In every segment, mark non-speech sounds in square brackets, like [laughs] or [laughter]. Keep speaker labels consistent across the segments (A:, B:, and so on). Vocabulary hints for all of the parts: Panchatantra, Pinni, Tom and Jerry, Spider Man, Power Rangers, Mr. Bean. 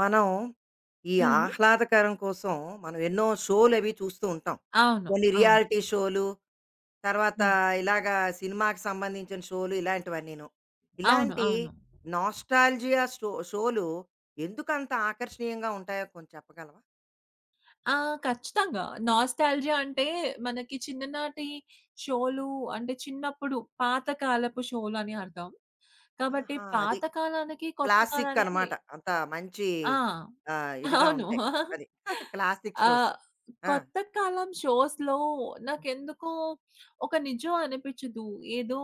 A: మనం ఈ
B: హ్మ్.
A: ఆహ్లాదకరం కోసం మనం ఎన్నో షోలు అవి చూస్తూ ఉంటాం.
B: అవును.
A: కొన్ని
B: అవును.
A: రియాలిటీ షోలు, తర్వాత
B: హ్మ్.
A: ఇలాగా సినిమాకి సంబంధించిన షోలు ఇలాంటివన్నీను.
B: అవును.
A: ఇలాంటి
B: అవును.
A: నాస్టాల్జియా షోలు ఎందుకంత ఆకర్షణీయంగా ఉంటాయో కొంచెం చెప్పగలవా?
B: ఆ! ఖచ్చితంగా. నాస్టాల్జియా అంటే మనకి చిన్ననాటి షోలు అంటే చిన్నప్పుడు పాత కాలపు షోలని అర్థం. కాబట్టి
A: ఆహా! అది.
B: పాత కాలానికి, కొత్త
A: క్లాసిక్
B: కాలానికి
A: అనమాట. అంత మంచి
B: ఆ!
A: ఇదిగా
B: అవును.
A: ఉంటాయి. అది. [laughs] Classic shows.
B: ఆహ్,
A: ఆ!
B: కొత్త కాలం షోస్‌లో నాకెందుకో ఒక నిజం అనిపించదు. ఏదో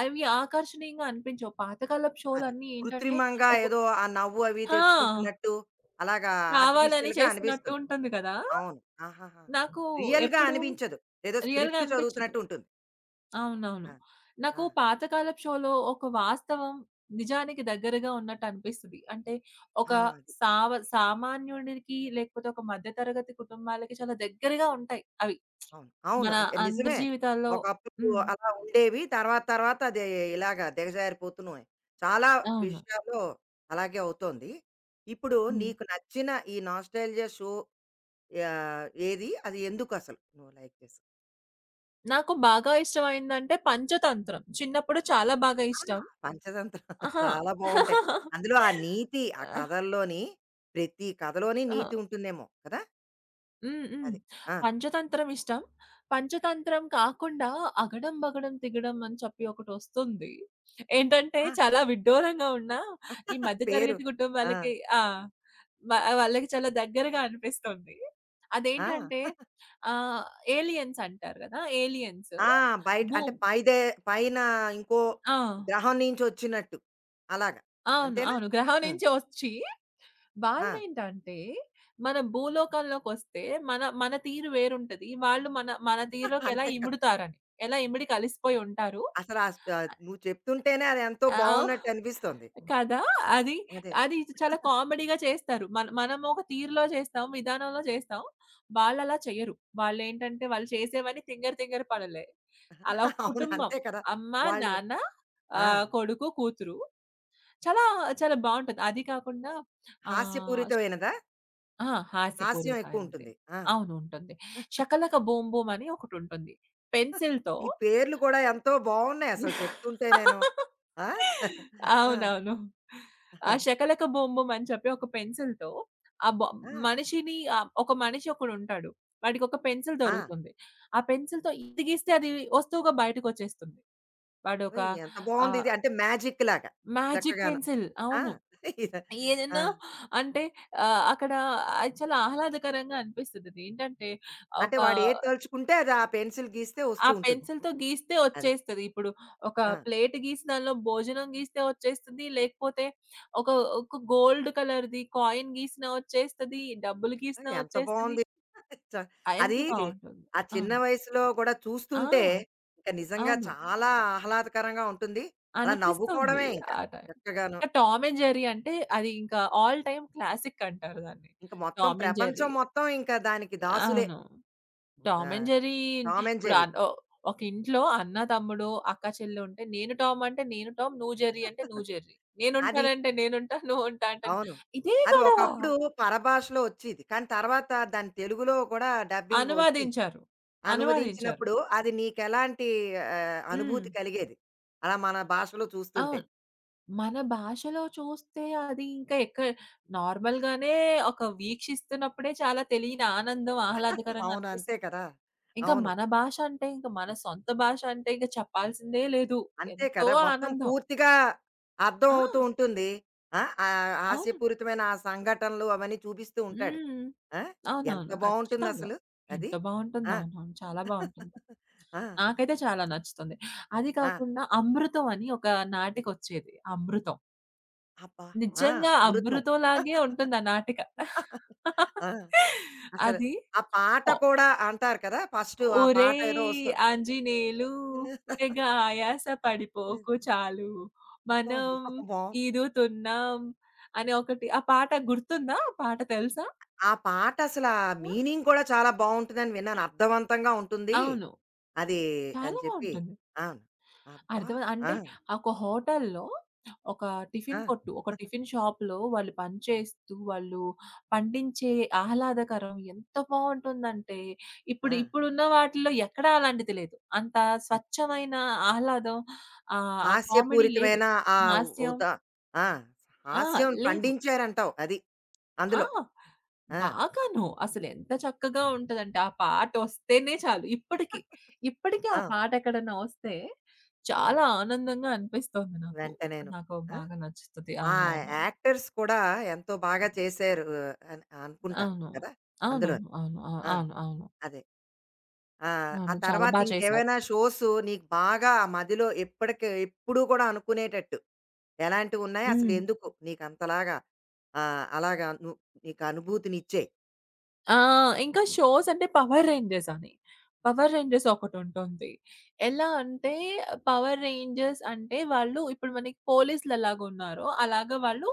B: అవి ఆకర్షణీయంగా అనిపించవు. పాతకాలపు
A: అది.
B: షోలన్నీ ఏంటంటే
A: కృత్రిమంగా
B: ఒక
A: ఏదో ఆ నవ్వు అవి
B: ఆ!
A: తెచ్చుకుంటున్నట్టు అలాగా
B: కావాలని
A: ఆర్టిఫిషియల్‌గా
B: చేస్తున్నట్టు
A: అనిపిస్తుంది.
B: ఉంటుంది కదా!
A: అవును. ఆహాహా!
B: నాకు
A: రియల్‌గా
B: ఎప్పుడు
A: అనిపించదు. ఏదో
B: రియల్‌గా
A: స్క్రిప్ట్
B: అనిపించదు.
A: చదువుతున్నట్టు ఉంటుంది.
B: అవునవును.
A: ఆ!
B: నాకు
A: ఆ!
B: పాతకాలపు షోలో ఒక వాస్తవం నిజానికి దగ్గరగా ఉన్నట్టు అనిపిస్తది. అంటే ఒక
A: ఆ! అది.
B: సామాన్యుడికి లేకపోతే ఒక మధ్య తరగతి కుటుంబాలకి చాలా దగ్గరగా ఉంటాయి అవి.
A: అవును. అవును.
B: మన
A: అది నిజమే
B: అందరి
A: అది.
B: జీవితాల్లో
A: ఒకప్పుడు
B: హ్మ్.
A: అలా ఉండేవి. తర్వాత తర్వాత అది ఇలాగా దిగజారిపోతున్నాయి. చాలా
B: అవును.
A: విషయాల్లో అలాగే అవుతోంది. ఇప్పుడు
B: హ్మ్.
A: నీకు నచ్చిన ఈ నాస్టాల్జియా షో ఏది? అది ఎందుకసలు నువ్వు లైక్ చేసావు?
B: నాకు బాగా ఇష్టమైందంటే పంచతంత్రం. చిన్నప్పుడు చాలా బాగా
A: ఆ!
B: ఇష్టం.
A: పంచతంత్ర [laughs]
B: అహా!
A: చాలా బావుంటాయి. అందులో ఆ నీతి ఆ
B: ఆ!
A: కథల్లోని ప్రతి కథలోని
B: ఆ!
A: నీతి
B: [laughs]
A: ఉంటుందేమో కదా!
B: హ్మ్. హ్మ్.
A: అది. ఆ!
B: పంచతంత్రం ఇష్టం. పంచతంత్రం కాకుండా 'అగడం బగడం తిగడం' అని చెప్పి ఒకటొస్తుంది. ఏంటంటే
A: ఆ!
B: చాలా విడ్డూరంగా ఉన్న ఈ మధ్య
A: పేరు.
B: తరగతి
A: ఆ!
B: కుటుంబాలకి ఆ! వ వాళ్ళకి చాలా దగ్గరగా అనిపిస్తుంది.
A: ఆ!
B: అదేంటంటే ఆహ్, ఏలియన్స్ అంటారు గదా! ఏలియన్స్
A: ఆ! బయట
B: భూ
A: అంటే పైదే పైన ఇంకో
B: ఆ!
A: గ్రహం నుంచొచ్చినట్టు. అలాగా.
B: అవును.
A: అంతేనా?
B: అవును. గ్రహం
A: హ్మ్.
B: నుంచి ఒచ్చి
A: ఆ!
B: వాళ్ళేంటంటే, మన భూలోకంలోకొస్తే మన మన తీరు వేరుంటది. వాళ్ళు మన మన
A: [laughs]
B: తీరులోకెలా
A: అంతే కదా!
B: ఇముడుతారని, ఎలా ఇమిడి కలిసిపోయి ఉంటారు.
A: అసలు ఆ నువ్వు చెప్తుంటేనే అది ఎంతో
B: ఆ!
A: బావున్నట్టు అనిపిస్తోంది.
B: కదా! అది,
A: అదే.
B: అది చాలా కామెడీగా చేస్తారు. మనం ఒక తీరులో చేస్తాం, విధానంలో చేస్తాం. వాళ్ళలా చెయ్యరు. వాళ్ళేంటంటే, వాళ్ళు చేసేవన్నీ తింగరి, తింగరి పనులే. అలా ఒక
A: [laughs] అవును.
B: కుటుంబం.
A: అంతే కదా!
B: అమ్మ,
A: వాళ్ళు
B: నాన్న,
A: ఆ!
B: కొడుకు, కూతురు. చాలా, చాలా బావుంటది. అది కాకుండా ఆహ్, ష్
A: హాస్యపూరితమైనదా?
B: ఆ!
A: హాస్యం
B: హాస్యపూరితమైనది.
A: ఎక్కువుంటుంది. ఆ!
B: అవును ఉంటుంది. 'షకలక బూమ్ బూమ్' అని ఒకటుంటుంది. పెన్సిల్‌తో
A: ఈ పేర్లు కూడా ఎంతో బావున్నాయి అసలు చెప్తుంటేనేను. ఆ! [laughs] ఆ!
B: అవునవును. ఆ 'షకలక బూమ్ బూమ్' అని చెప్పి ఒక పెన్సిల్‌తో ఆ బొ
A: ఆ!
B: మనిషిని ఒక మనిషి ఒకడుంటాడు. వాడికొక పెన్సిల్
A: ఆ!
B: దొరుకుతుంది. ఆ పెన్సిల్‌తో ఇది గీస్తే అది వస్తువుగా బయటకొచ్చేస్తుంది. వాడొక
A: ఓయ్! ఎంత
B: ఆహ్,
A: బావుందిది. అంటే మ్యాజిక్ లాగా
B: మ్యాజిక్
A: చక్కగాను.
B: పెన్సిల్
A: ఆ!
B: అవును.
A: ఇద ఆ!
B: ఏదైనా అంటే అక్కడ అది చాలా ఆహ్లాదకరంగా అనిపిస్తదది. ఏంటంటే ఒక
A: అంటే వాడు ఏది తలుచుకుంటే అది ఆ పెన్సిల్ గీస్తే
B: ఆ
A: వస్తూ ఉంటుంది.
B: పెన్సిల్‌తో గీస్తే
A: అది.
B: వచ్చేస్తది. ఇప్పుడు ఒక
A: ఆ!
B: ప్లేట్ గీసి దానిలో భోజనం గీస్తే వచ్చేస్తది. లేకపోతే ఒక ఒక గోల్డ్ కలర్‌ది కాయిన్ గీసినా వచ్చేస్తది. డబ్బులు
A: ఆ,
B: గీసినా
A: ఎంత
B: వచ్చేస్తది.
A: బావుంది. చ
B: ఆ! ఎంత
A: అది
B: బావుంటుంది.
A: ఆ చిన్న
B: అవును.
A: వయసులో కూడా
B: ఆ!
A: చూస్తుంటే ఇంక నిజంగా
B: అవును.
A: చాలా ఆహ్లాదకరంగా ఉంటుంది. అలా
B: అనిపిస్తుంది
A: నవ్వుకోవడమే ఇంకా
B: ఆ టైం.
A: చక్కగాను.
B: ఇంకా 'టామ్ అండ్ జెర్రీ' అంటే అది ఇంకా ఆల్ టైమ్ క్లాసిక్ అంటారు దాన్ని.
A: ఇంక మొత్తం
B: 'టామ్ అండ్
A: ప్రపంచం
B: జెర్రీ'
A: మొత్తం ఇంకా దానికి దాసులే.
B: అవును. టామ్
A: ఆహ్,
B: అండ్ జెర్రీ
A: టామ్ అండ్
B: ఇప్పుడు
A: జెర్రీ.
B: అన్ ఓ ఒక ఇంట్లో అన్న, తమ్ముడు, అక్క, చెల్లి ఉంటే నేను టామ్ అంటే నేను టామ్, నువ్వు జెర్రీ అంటే నువ్వు జెర్రీ.
A: అది
B: నేనుంటానంటే నేనుంటా, నువ్వు ఉంటా అంటాను.
A: అవును.
B: ఇదే
A: అది
B: గొడవ.
A: ఒకప్పుడు పరభాషలో వచ్చేది. కానీ తర్వాత దాని తెలుగులో కూడా డబ్బింగ్ వచ్చింది.
B: అనువాదించారు. అనువాదించారు.
A: అనువదించినప్పుడు అది నీకెలాంటి
B: హ్మ్.
A: అనుభూతి కలిగేది? అలా మన భాషలో చూస్తుంటే.
B: అవును. మన భాషలో చూస్తే అది ఇంకా ఎక్క నార్మల్‌గానే ఒక వీక్షిస్తున్నప్పుడే చాలా తెలియని ఆనందం, ఆహ్లాదకరంగా
A: అవును. అంతే
B: అనిపిస్తుంది.
A: కదా!
B: ఇంకా
A: అవును.
B: మన భాష అంటే ఇంక మన సొంత భాష అంటే ఇంక చెప్పాల్సిందే లేదు.
A: అంతే
B: ఎంతో
A: కదా! మొత్తం
B: ఆనందం.
A: పూర్తిగా అర్థం
B: ఆ!
A: అవుతూ ఉంటుంది. ఆ!
B: అవును.
A: హాస్యపూరితమైన ఆ సంఘటనలు అవన్నీ చూపిస్తూ ఉంటాడు.
B: హ్మ్.
A: ఆ! ఎంత
B: అవునవును. ఖచ్చితంగా.
A: బావుంటుందసలు అది.
B: ఎంత బావుంటుందో.
A: ఆ!
B: అవునవును. చాలా బావుంటుంది.
A: [laughs] ఆ!
B: నాకైతే చాలా నచ్చుతుంది. అది
A: ఆ!
B: కాకుండా 'అమృతం' అని ఒక నాటికొచ్చేది 'అమృతం.'
A: అబ్బా! ఆ!
B: నిజంగా
A: అమృతం.
B: 'అమృతం' లాగే ఉంటుంది ఆ నాటిక.
A: ఆ! అసలు
B: అది
A: ఆ పాట
B: ఒ
A: కూడా అంటారు కదా! ఫస్టు ఆ పాట ఏదో
B: ఒరేయ్
A: వస్తుంది.
B: ఆంజనేయులు తెగ ఆయాస పడిపోకు చాలు.
A: అబ్బా!
B: మనం
A: బావుంది.
B: ఈదుతున్నాం అని ఒకటి ఆ పాట గుర్తుందా? ఆ పాట తెలుసా?
A: ఆ పాట అసల ఆ
B: ఆ!
A: మీనింగ్ కూడా చాలా బావుంటుందని విన్నాను. అర్థవంతంగా ఉంటుంది.
B: అవును.
A: అది అని
B: చాలా
A: చెప్పి
B: బావుంటుంది.
A: అవును. అబ్బా!
B: అర్థమైంది.
A: ఆ!
B: అంటే ఒక హోటల్‌లో ఒక టిఫిన్
A: ఆ!
B: కొట్టు, ఒక టిఫిన్ షాప్‌లో వాళ్ళు పనిచేస్తూ, వాళ్ళు పండించే ఆహ్లాదకరం ఎంత బావుంటుందంటే,
A: ఆ!
B: ఇప్పుడున్న వాటిల్లో ఎక్కడా అలాంటిది లేదు. అంత
A: ఆ!
B: స్వచ్ఛమైన ఆహ్లాదం ఆ కామెడీ లేదు.
A: హాస్యపూరితమైన ఆ
B: హాస్యం
A: ఉదా ఆ!
B: ఆ!
A: హాస్యం
B: లేదు.
A: పండించారంటావు అది.
B: ఆ!
A: అందులో. ఆ!
B: బాగాను. అసలెంత చక్కగా ఉంటదంటే, ఆ పాటొస్తేనే చాలు. ఇప్పటికి ఆ
A: ఆ!
B: పాటెక్కడన్నా వస్తే
A: ఆ!
B: చాలా ఆనందంగా అనిపిస్తోంది నాకు.
A: వెంటనేను.
B: నాకు
A: ఆ!
B: బాగా నచ్చుతది.
A: ఆ
B: అవునవునవును.
A: యాక్టర్స్ కూడా ఎంతో బాగా చేశారు అని అనుకుంటాను
B: అవును.
A: కదా!
B: అవునవును.
A: అందులోని.
B: అవును. ఆ!
A: ఆ!
B: అవును. అవును.
A: అదే. ఆ
B: అవును. చాలా
A: తర్వాత
B: బా చేశారు.
A: ఇంకేవైనా షోస్ నీకు బాగా ఆ మదిలో ఎప్పటికి ఎప్పుడూ కూడా అనుకునేటట్టు ఎలాంటివున్నాయి? అసలు
B: హ్మ్.
A: ఎందుకు నీకంతలాగా ఆహ్, అలాగా ను నీకు అనుభూతినిచ్చేయి?
B: ఆ! ఇంకా షోస్ అంటే 'పవర్ రేంజర్స్' అని. 'పవర్ రేంజర్స్' ఒకటుంటుంది. ఎలా అంటే 'పవర్ రేంజర్స్' అంటే వాళ్ళు ఇప్పుడు మనకి పోలీసులెలాగున్నారో అలాగా వాళ్ళు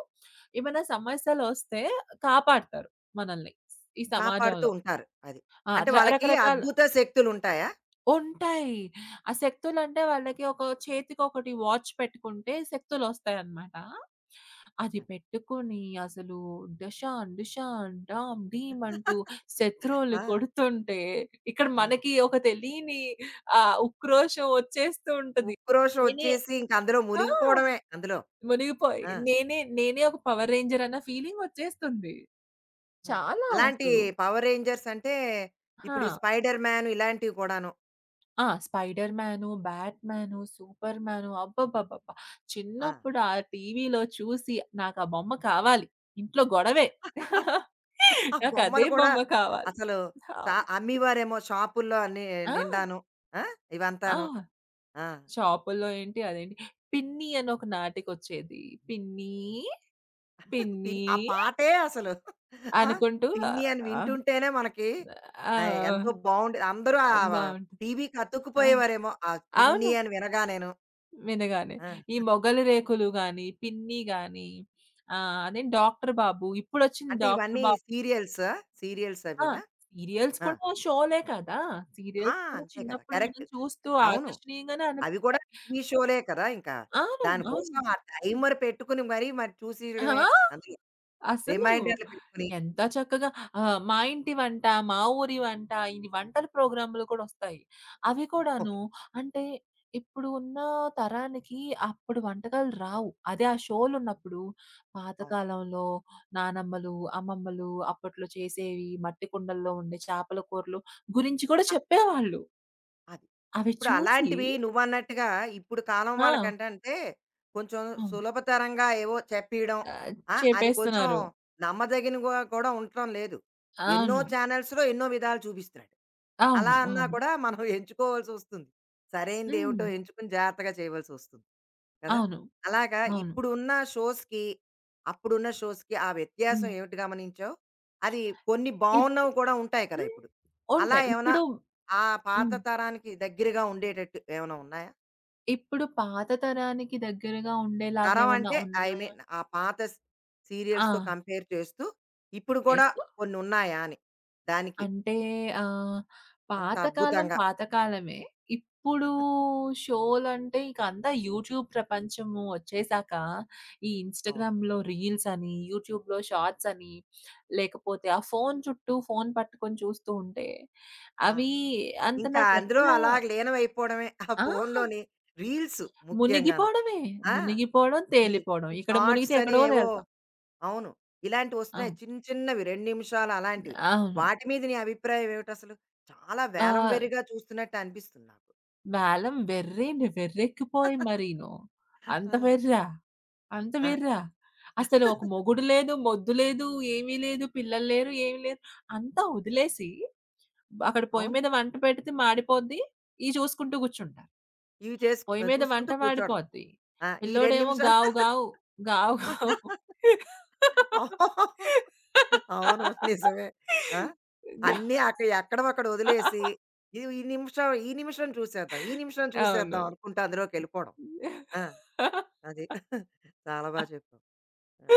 B: ఏమైనా సమస్యలొస్తే కాపాడతారు మనల్ని. ఈ
A: కాపాడుతూ
B: సమాజంలో.
A: ఉంటారు. అది.
B: ఆ!
A: అంటే వాళ్ళకి
B: రకరకాల
A: అద్భుత శక్తులుంటాయా?
B: ఉంటాయి. ఆ శక్తులంటే వాళ్ళకి ఒక చేతికొకటి వాచ్ పెట్టుకుంటే శక్తులొస్తాయన్నమాట. అది పెట్టుకొని అసలు డషాన్, డిషాన్, డామ్, డీమ్ అంటూ
A: [laughs]
B: శత్రువుల్ని
A: ఆ!
B: కొడుతుంటే ఇక్కడ
A: ఆ!
B: మనకి ఒక తెలియని ఉక్రోషం వచ్చేస్తూ ఉంటది.
A: ఉక్రోషం
B: నేనే
A: వచ్చేసి ఇంక అందులో
B: ఆ!
A: మునిగిపోవడమే అందులో.
B: మునిగిపోయి
A: ఆ!
B: నేనే నేనే ఒక పవర్ రేంజర్ అన్న ఫీలింగొచ్చేస్తుంది.
A: ఆ!
B: చాలా
A: అలాంటి
B: అసలు.
A: 'పవర్ రేంజర్స్' అంటే ఇప్పుడు ఈ
B: ఆ!
A: 'స్పైడర్ మ్యాన్' ఇలాంటివి కూడాను.
B: ఆ! 'Spider Man', 'Batman', 'Superman' అబ్బబ్బబ్బబ్బా!
A: ఆ!
B: చిన్నప్పుడు ఆ టీవీలో చూసి నాకు ఆ బొమ్మ కావాలి. ఇంట్లో గొడవే.
A: [laughs] ఆ
B: నాకు అదే
A: బొమ్మలు కూడా
B: బొమ్మ కావాలి.
A: అసలు
B: ఆ!
A: అమ్మేవారేమో షాపుల్లో
B: ఆ!
A: నిండాను. ఆ!
B: ఆ!
A: ఇవంతాను. ఆ!
B: షాపుల్లో ఏంటి, అదేంటి 'పిన్ని' అని ఒక నాటికొచ్చేది. 'పిన్ని,
A: ఆ
B: పిన్ని'
A: పాటే అసలు ఆ!
B: అనుకుంటూ
A: 'పిన్ని' అని
B: ఆ!
A: వింటుంటేనే మనకి ఎంతో
B: ఆ!
A: బావుండే అందరూ
B: బావుంటుంది.
A: టీవీకి
B: ఆ!
A: అతుక్కుపోయేవారేమో ఆ 'పిన్ని'
B: అవును.
A: అని వినగానేను.
B: వినగానే. ఈ
A: ఆ!
B: మొగలి రేకులు గాని, పిన్ని గాని, అదేం డాక్టర్ బాబు. ఇప్పుడొచ్చింది
A: అంటే
B: డాక్టర్
A: ఇవన్నీ
B: బాబు.
A: సీరియల్సా? సీరియల్స్
B: ఆ!
A: అవినా?
B: సీరియల్స్
A: ఆ!
B: కూడా షోలే కదా!
A: ఆ!
B: సీరియల్స్ కూడా
A: అంతే కదా!
B: చిన్నప్పుడు మనం
A: కరెక్ట్. అది.
B: చూస్తూ
A: అవును.
B: ఆకర్షణీయంగానే
A: అవి కూడా
B: అనిపిస్తాయి.
A: టీవీ షోలే కదా ఇంకా.
B: అవును.
A: దానికోసం
B: అవును.
A: ఆ టైమర్ పెట్టుకొని మరీ
B: ఆ!
A: చూసేయడమే అందులో
B: అసలు
A: రిమైండర్‌లు పెట్టుకొని.
B: ఎంత చక్కగా మా ఇంటి వంట, మా ఊరి వంట ఇన్ని వంటల ప్రోగ్రామ్‌లు కూడా వస్తాయి. అవి
A: అవును.
B: కూడాను అంటే ఇప్పుడు ఉన్న తరానికి అప్పుడు వంటకాలు రావు. అదే ఆ షోలున్నప్పుడు
A: అవును.
B: పాతకాలంలో నానమ్మలు, అమ్మమ్మలు అప్పట్లో చేసేవి మట్టి కుండల్లో ఉండే చేపల కూరలు గురించి కూడా చెప్పేవాళ్ళు.
A: అది.
B: అవి
A: ఇప్పుడు
B: చూసి
A: అలాంటివి నువ్వన్నట్టుగా ఇప్పుడు కాలం
B: ఆ!
A: వాళ్ళకంటంటే కొంచెం
B: అవును.
A: సులభతరంగా ఏవో చెప్పీయడం.
B: ఆహ్,
A: ఆ! అది కొంచెం
B: చెప్పేస్తున్నారు.
A: నమ్మదగినగా కూడా కూడా ఉండటం లేదు. ఎన్నో
B: అవును.
A: ఛానల్స్‌లో ఎన్నో విధాలు చూపిస్తున్నాడు. అలా
B: అవును.
A: అన్నా
B: అవును.
A: కూడా మనం [laughs] ఎంచుకోవాల్సొస్తుంది. సరైనదేమిటో
B: హ్మ్.
A: ఎంచుకొని జాగ్రత్తగా చేయవలసొస్తుంది. కదా!
B: అవును.
A: అలాగా
B: అవును.
A: ఇప్పుడున్న షోస్‌కి, అప్పుడున్న షోస్‌కి ఆ
B: హ్మ్.
A: వ్యత్యాసం ఏమిటి గమనించావు? అది కొన్ని
B: ఇప్
A: బావున్నవి కూడా ఉంటాయి కదా!
B: హ్మ్.
A: ఇప్పుడు. అలా
B: ఉంటాయి.
A: ఏమైనా
B: ఇప్పుడు
A: ఆ పాత
B: హ్మ్.
A: తరానికి దగ్గరగా ఉండేటట్టు ఏమైనా ఉన్నాయా?
B: ఇప్పుడు పాత తరానికి దగ్గరగా ఉండేలాగా
A: తరం
B: ఏమన్నా
A: అంటే ఐ
B: ఉన్నాయా?
A: మీన్ ఆ పాత
B: ఆ!
A: సీరియల్స్‌తో కంపేర్ చేస్తూ ఇప్పుడు కూడా
B: చేస్తూ
A: కొన్నున్నాయా అని? దానికి
B: అంటే ఆహ్,
A: అంత
B: పాతకాలం
A: అద్భుతంగా.
B: పాతకాలమే. ఇప్పుడు షోలంటే ఇక అంతా యూట్యూబ్ ప్రపంచము వచ్చేసాక, ఈ
A: అవును.
B: ఇన్‌స్టాగ్రామ్‌లో రీల్స్ అని, యూట్యూబ్‌లో షార్ట్స్ అని, లేకపోతే ఆ ఫోను చుట్టూ ఫోను పట్టుకొని చూస్తూ ఉంటే,
A: ఆ!
B: అవి అంత
A: ఇంకా అందులో
B: నాకెక్కడ
A: అలాగ లీనమైపోవడమే. ఆ
B: ఆ!
A: ఫోనులోని రీల్స్ ముఖ్యంగాను.
B: మునిగిపోవడమే.
A: ఆ!
B: మునిగిపోవడం,
A: ఈ
B: తేలిపోవడం.
A: ఈ
B: ఇక్కడ మునిగితే
A: షార్ట్స్ అని
B: ఎక్కడో
A: ఏవో
B: తేలుతాం.
A: అవును. ఇలాంటివి వస్తున్నాయి.
B: అవును.
A: చిన్న చిన్నవి 2 నిమిషాలు అలాంటివి.
B: అవును.
A: వాటి మీద నీ అభిప్రాయం ఏమిటసలు? చాలా వేలం
B: ఆహ్,
A: వెర్రిగా చూస్తున్నట్టు అనిపిస్తుంది నాకు.
B: వేలం వెర్రేండి. వెర్రెక్కిపోయి
A: [laughs]
B: మరీను. అంత
A: ఆ!
B: వెర్రా? అంత
A: ఆ!
B: వెర్రా? అసలు ఒక మొగుడు లేదు, మొద్దు లేదు, ఏమీ లేదు, పిల్లలు లేరు, ఏమి లేరు. అంతా వదిలేసి, అక్కడ పొయ్యి
A: అవును.
B: మీద వంట పెడితే మాడిపోద్ది. ఇయి చూసుకుంటూ కూర్చుంటా.
A: ఇవి
B: పొయ్యి మీద మంట
A: చూసుకుంటూ కూర్చోవడం.
B: మాడిపోద్ది.
A: ఆ! ఈ 2
B: పిల్లోడేమో
A: నిమిషాలు
B: గావు గావు, గావు గావు.
A: [laughs] అవును. నిజమే. ఆ!
B: గా
A: అన్నీ అక్కడ ఎక్కడవక్కడ వదిలేసి, ఇది ఈ నిమిషం, ఈ నిమిషం చూసేద్దాం, ఈ నిమిషం
B: అవును.
A: చూసేద్దాం అనుకుంటూ అందులోకెళ్ళిపోవడం. ఆ! అది. [laughs] చాలా బా చెప్పావు. ఆ!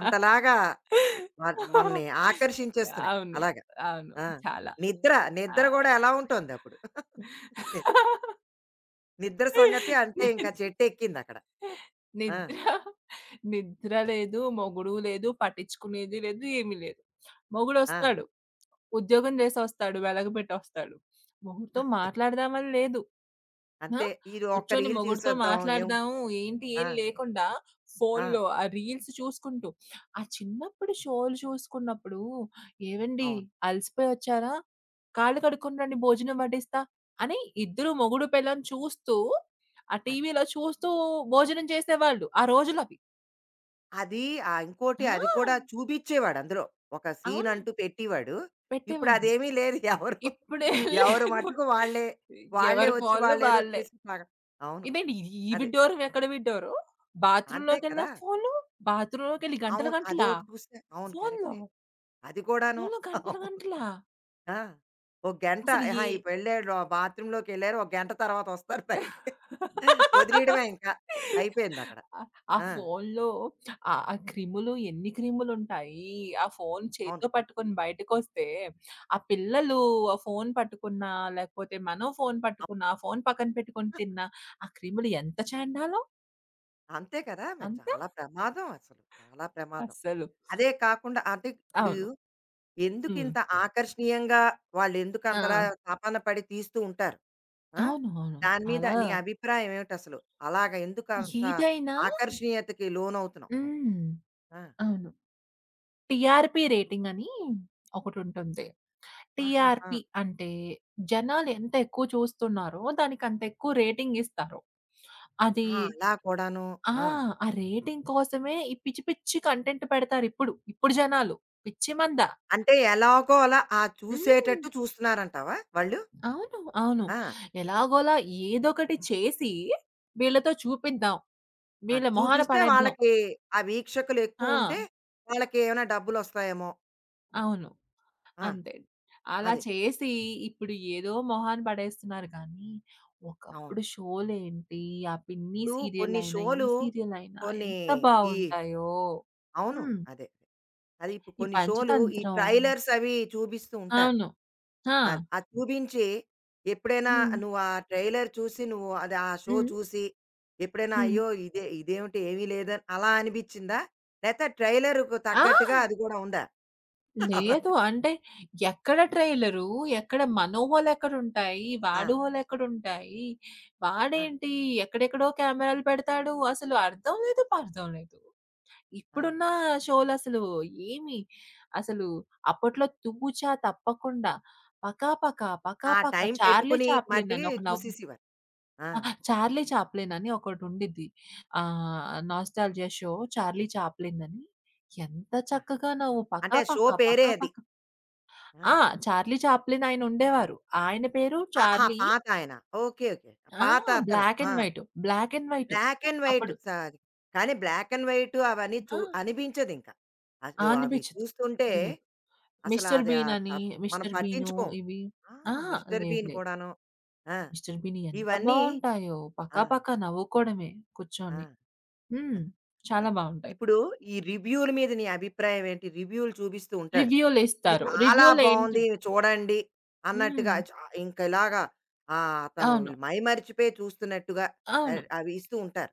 A: అంతలాగా మనల్ని ఆకర్షించేస్తున్నాయి.
B: అవును.
A: అలాగా.
B: అవును.
A: ఆ!
B: చాలా.
A: నిద్ర,
B: ఆ!
A: నిద్ర గూడా ఎలా ఉంటోందప్పుడు? [laughs] ని నిద్ర సంగతి అంతే ఇంకా
B: నిద్ర
A: చెట్టెక్కిందక్కడ. ఆ!
B: నిద్ర నిద్ర లేదు, మొగుడు లేదు, పట్టించుకునేది లేదు, ఏమీ లేదు.
A: ఆ!
B: మొగుడొస్తాడు. ఉద్యోగం చేసొస్తాడు, వెలగబెట్టొస్తాడు. మొగుడితో మాట్లాడదామని లేదు. ఆ!
A: అంతే. ఇది ఒక్క
B: కూర్చొని
A: రీల్
B: మొగుడితో
A: చూసేద్దాం ఏం
B: మాట్లాడదాము, ఏంటి
A: ఆ!
B: ఏం లేకుండా
A: ఆ!
B: ఫోన్‌లో ఆ రీల్స్ చూసుకుంటూ, ఆ చిన్నప్పుడు షోలు చూసుకున్నప్పుడు, "ఏవండీ
A: అవును.
B: అలసిపోయొచ్చారా? కాళ్ళు కడుక్కొని రండి భోజనం వడ్డిస్తా" అని ఇద్దరు మొగుడు పెళ్ళాం చూస్తూ ఆ
A: అది.
B: టీవీలో చూస్తూ భోజనం చేసేవాళ్ళు. ఆ రోజులవి.
A: అది
B: ఆ!
A: ఇంకోటి అది కూడా చూపిచ్చేవాడు అందులో. ఒక సీన్
B: అవును.
A: అంటూ పెట్టేవాడు. ఇప్పుడు
B: పెట్టేవాడు.
A: అదేమీ లేదు. [laughs] ఎవరు
B: ఇప్పుడేం
A: ఎవరు
B: లేదు.
A: మట్టుకు వాళ్ళే, వాళ్ళే
B: ఎవరి
A: వచ్చి
B: ఫోన్‌లో
A: వాళ్ళేదో
B: వాళ్ళే.
A: చేసి అవును.
B: ఇదేంటి ఈ ఈ
A: అదే.
B: విడ్డూరం ఎక్కడ విడ్డూరం?
A: అంతే
B: బాత్రూమ్‌లోకెళ్ళినా
A: కదా!
B: ఫోను, బాత్రూమ్‌లోకెళ్ళి గంటలు
A: అవును.
B: గంటలా
A: అదోటి చూస్తే అవును.
B: ఫోన్‌లో,
A: కరెక్టే. అది కూడాను.
B: ఫోన్‌లో గంటలు
A: అవును.
B: గంటలా
A: ఆ! ఒక గంట
B: అసలు
A: అహా! ఇప్పుడు వెళ్ళాడు బాత్రూమ్‌లోకి వెళ్లారు. ఒక గంట తర్వాత వస్తారు బయటికి. వదిలేయడమే ఇంకా. అయిపోయిందక్కడ.
B: ఆ! ఆ
A: ఆ!
B: ఫోనులో ఆ ఆ క్రిములు ఎన్ని క్రిములుంటాయి. ఆ ఫోను
A: అవును.
B: చేత్తో పట్టుకొని బయటకొస్తే, ఆ పిల్లలు ఆ ఫోను పట్టుకున్నా, లేకపోతే మనం ఫోను
A: అప్
B: పట్టుకున్నా, ఆ ఫోను పక్కన పెట్టుకొని తిన్నా, ఆ క్రిములు ఎంత చెండాలం.
A: అంతే కదా! మరి
B: అంత
A: చాలా ప్రమాదం అసలు. చాలా ప్రమాదం.
B: అస్సలు.
A: అదే కాకుండా అంటే ఇప్పుడు
B: అవును. హ్మ్.
A: ఎందుకింత ఆకర్షణీయంగా వాళ్ళెందుకు
B: ఆ!
A: అంతలా
B: ఆ!
A: తపన పడి తీస్తూ ఉంటారు. ఆ!
B: అవును. అవును.
A: దాని మీద
B: చాలా
A: నీ అభిప్రాయం ఏమిటసలు? అలాగా ఎందుకంత
B: ఏదైనా
A: ఆకర్షణీయతకి లోనవుతున్నావు నువ్వు?
B: హ్మ్.
A: ఆ!
B: అవును. టీఆర్‌పీ రేటింగ్ అని ఒకటుంటుంది.
A: ఆహాహా!
B: టీఆర్‌పీ అంటే జనాలు ఎంత ఎక్కువ చూస్తున్నారో దానికి అంత ఎక్కువ రేటింగ్ ఇస్తారు. అది
A: ఆ! అలా కూడాను.
B: ఆ!
A: ఆ!
B: ఆ రేటింగ్ కోసమే ఈ పిచ్చి పిచ్చి కంటెంట్ పెడతారు ఇప్పుడు. ఇప్పుడు జనాలు పిచ్చి మంద.
A: అంటే ఎలాగో అలా ఆ
B: హ్మ్.
A: చూసేటట్టు చూస్తున్నారంటావా వాళ్ళు?
B: అవును. అవును.
A: ఆ!
B: ఎలాగోలా ఏదోకటి చేసి వీళ్ళతో చూపిద్దాం.
A: ఆ!
B: వీళ్ళ మొహాన
A: చూపిస్తే
B: పడేద్దాం.
A: వాళ్ళకి ఆ వీక్షకులు ఎక్కువుంటే
B: ఆ!
A: వాళ్ళకి ఏమైనా డబ్బులొస్తాయేమో!
B: అవును.
A: ఆ!
B: అంతే. అలా
A: అదే.
B: చేసి ఇప్పుడు ఏదో మొహాన పడేస్తున్నారు కానీ,
A: అవును.
B: ఒకప్పుడు షోలేంటి, ఆ పిన్ని
A: ఇప్పుడు కొన్ని
B: సీరియలయినా, ఈ
A: షోలు
B: సీరియలయినా
A: కొన్ని
B: ఎంత
A: ఈ
B: బావుంటాయో.
A: అవును.
B: హ్మ్.
A: అదే. అదే. అది ఇప్పుడు
B: ఈ
A: కొన్ని షోలు ఈ
B: పంచతంత్రం
A: ట్రైలర్స్ అవి చూపిస్తూ ఉంటారు.
B: అవును. ఆ!
A: ఆ! అది చూపించి, ఎప్పుడైనా
B: హ్మ్.
A: నువ్వు ఆ ట్రైలర్ చూసి, నువ్వు అది ఆ షో
B: హ్మ్.
A: చూసి, ఎప్పుడైనా
B: హ్మ్.
A: అయ్యో! ఇదే ఇదేమిటి ఏమీ లేదని అలా అనిపించిందా? లేతే ట్రైలర్‌కు
B: ఆ!
A: తగ్గట్టుగా అది కూడా ఉందా? [laughs]
B: లేదు.
A: అలాగే.
B: అంటే ఎక్కడ ట్రైలరు, ఎక్కడ మనోహోలెక్కడుంటాయి,
A: ఆ!
B: వాడోహోలెక్కడుంటాయి.
A: ఆ!
B: వాడేంటి ఎక్కడెక్కడో కెమెరాలు పెడతాడు. అసలు అర్థం లేదు, పర్థం లేదు.
A: ఆ!
B: ఇప్పుడున్న షోలసలు ఏమి అసలు అప్పట్లో 'తూచా తప్పకుండా', 'పకాపక
A: ఆ
B: పకాపక',
A: టైం
B: 'చార్లీ
A: పెట్టుకుని
B: చాప్లిన్' అని
A: మటికి
B: ఒక నవ్వు
A: చూసేసేవారు. ఆ!
B: ఆ! 'చార్లీ చాప్లిన్' అని ఒకటుండిద్ది. నాస్టాల్జియా షో 'చార్లీ చాప్లిన్' అని. ఎంత
A: ఆహా!
B: చక్కగా నవ్వు
A: అంటే
B: 'పకాపక
A: షో పేరే అది.
B: పకాపక'
A: ఆ!
B: ఆ! 'చార్లీ చాప్లిన్' ఆయన ఉండేవారు. ఆయన పేరు
A: ఆ! ఆ!
B: చార్లీ
A: పాతాయన. ఓకే. ఓకే.
B: ఆ!
A: పాత అతను.
B: బ్లాక్
A: ఆ!
B: And white, black and white
A: black and white
B: అప్పుడు.
A: సారీ. కానీ బ్లాక్ అండ్ వైట్ అవన్నీ చూ
B: ఆ!
A: అనిపించదింక. అసలు అవి
B: అనిపించదు.
A: చూస్తుంటే
B: లేదు.
A: అసలు
B: మిస్టర్
A: అది
B: బీన్
A: ఆహ్, త
B: అని,
A: మనం
B: మిస్టర్ బీను
A: పట్టించుకోం.
B: ఇవి
A: ఆ!
B: ఆ!
A: 'మిస్టర్
B: లేదు
A: బీన్'
B: లేదు.
A: కూడాను. ఆ!
B: మిస్టర్ బీన్ ఎంత
A: ఇవన్నీ
B: బావుంటాయో.
A: ఆ!
B: పకాపకా నవ్వుకోవడమే
A: ఆ!
B: కూర్చొని. హ్మ్. చాలా
A: అదే.
B: బావుంటాయి.
A: ఇప్పుడు ఈ రివ్యూల మీద నీ అభిప్రాయం ఏంటి? రివ్యూలు చూపిస్తూ ఉంటాడు. ఇది
B: రివ్యూలిస్తారు.
A: చాలా
B: రివ్యూలేంటి
A: బావుంది చూడండి అన్నట్టుగా
B: హ్మ్.
A: ఇంక ఇలాగా అతను
B: అవును.
A: మైమరిచిపోయి చూస్తున్నట్టుగా
B: అవును.
A: అవి ఇస్తూ ఉంటారు.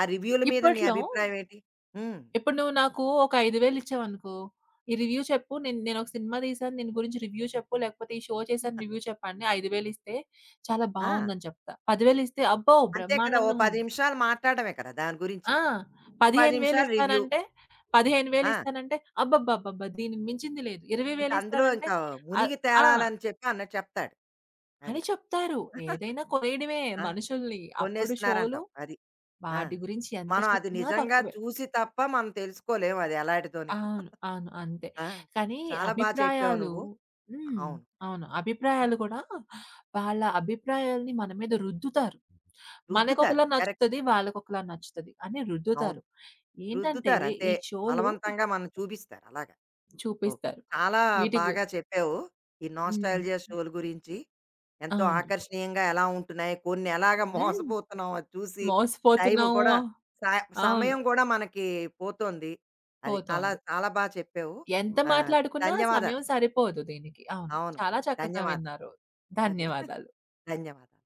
A: ఆ రివ్యూల మీద నీ
B: ఇప్పట్లో
A: అభిప్రాయం ఏంటి? హ్మ్.
B: ఇప్పుడు నువ్వు నాకు ఒక 5,000 ఇచ్చావనుకో, ఈ రివ్యూ చెప్పు. నేనొక సినిమా తీశాను. దీని గురించి రివ్యూ చెప్పు. లేకపోతే ఈ షో చేశాను రివ్యూ చెప్పండి. 5,000 ఇస్తే చాలా
A: ఆ!
B: బావుందని చెప్తా. 10,000 ఇస్తే అబ్బో!
A: అంతే కదా! ఓ
B: బ్రహ్మానందంగా
A: 10
B: ఉంది.
A: నిమిషాలు మాట్లాడడమే కదా! దాని గురించి.
B: ఆ!
A: ఓ 10
B: 15,000
A: నిమిషాలు రివ్యూ.
B: ఇస్తానంటే, 15,000
A: ఆ!
B: ఇస్తానంటే, అబ్బబ్బబ్బబ్బా! దీనికి మించింది లేదు.
A: ఇంక
B: 20,000
A: అందులో
B: ఇస్తానంటే
A: ఇంకా
B: ఆహ్,
A: మునిగి
B: ఆ!
A: తేలాలని చెప్పి అన్నట్టు చెప్తాడు.
B: అని
A: అది.
B: చెప్తారు.
A: [laughs]
B: ఏదైనా కొనేయడమే
A: ఆ!
B: మనుషుల్ని. అప్పుడు షోలు
A: కొనేస్తున్నారంటావు. అది. ఆ!
B: వాటి గురించి ఎంత
A: మనం అది
B: చెప్పినా
A: నిజంగా
B: తక్కువే.
A: చూసి తప్ప మనం తెలుసుకోలేం అది ఎలాటిదని.
B: అవును. అవును. అంతే.
A: ఆ!
B: కానీ
A: చాలా బా చెప్పావు
B: అభిప్రాయాలు
A: నువ్వు.
B: హ్మ్.
A: అవును.
B: అవును.
A: కరెక్ట్. ఆ!
B: అభిప్రాయాలు కూడా వాళ్ళ అభిప్రాయాల్ని మన మీద రుద్దుతారు.
A: రుద్దుతారు.
B: మనకొకలా
A: కరెక్ట్.
B: నచ్చుతది. వాళ్ళకొకలా నచ్చుతది అని
A: అవును.
B: రుద్దుతారు. ఏంటంటే
A: రుద్దుతారు అంతే.
B: ఈ షోలు
A: బలవంతంగా మనం చూపిస్తారు అలాగా. ఓకే.
B: చూపిస్తారు.
A: చాలా
B: వీటికి
A: బాగా చెప్పావు. ఈ
B: హ్మ్.
A: నోస్టాల్జియా షోల గురించి ఎంతో
B: అవును.
A: ఆకర్షణీయంగా ఎలా ఉంటున్నాయి, కొన్ని ఎలాగ
B: హ్మ్.
A: మోసపోతున్నాం అది చూసి. టైం
B: మోసపోతున్నాము.
A: కూడా స
B: అవును.
A: సమయం కూడా మనకి పోతోంది. అది. అలా
B: పోతోంది.
A: చాలా బా చెప్పావు.
B: ఎంత
A: ఆ!
B: మాట్లాడుకున్నా
A: ధన్యవాదాలు.
B: సమయం సరిపోదు దీనికి. అవును.
A: అవును.
B: చాలా చక్కగా
A: ధన్యవాదాలు.
B: విన్నారు.
A: అదే. [laughs]
B: ధన్యవాదాలు.
A: ధన్యవాదాలు.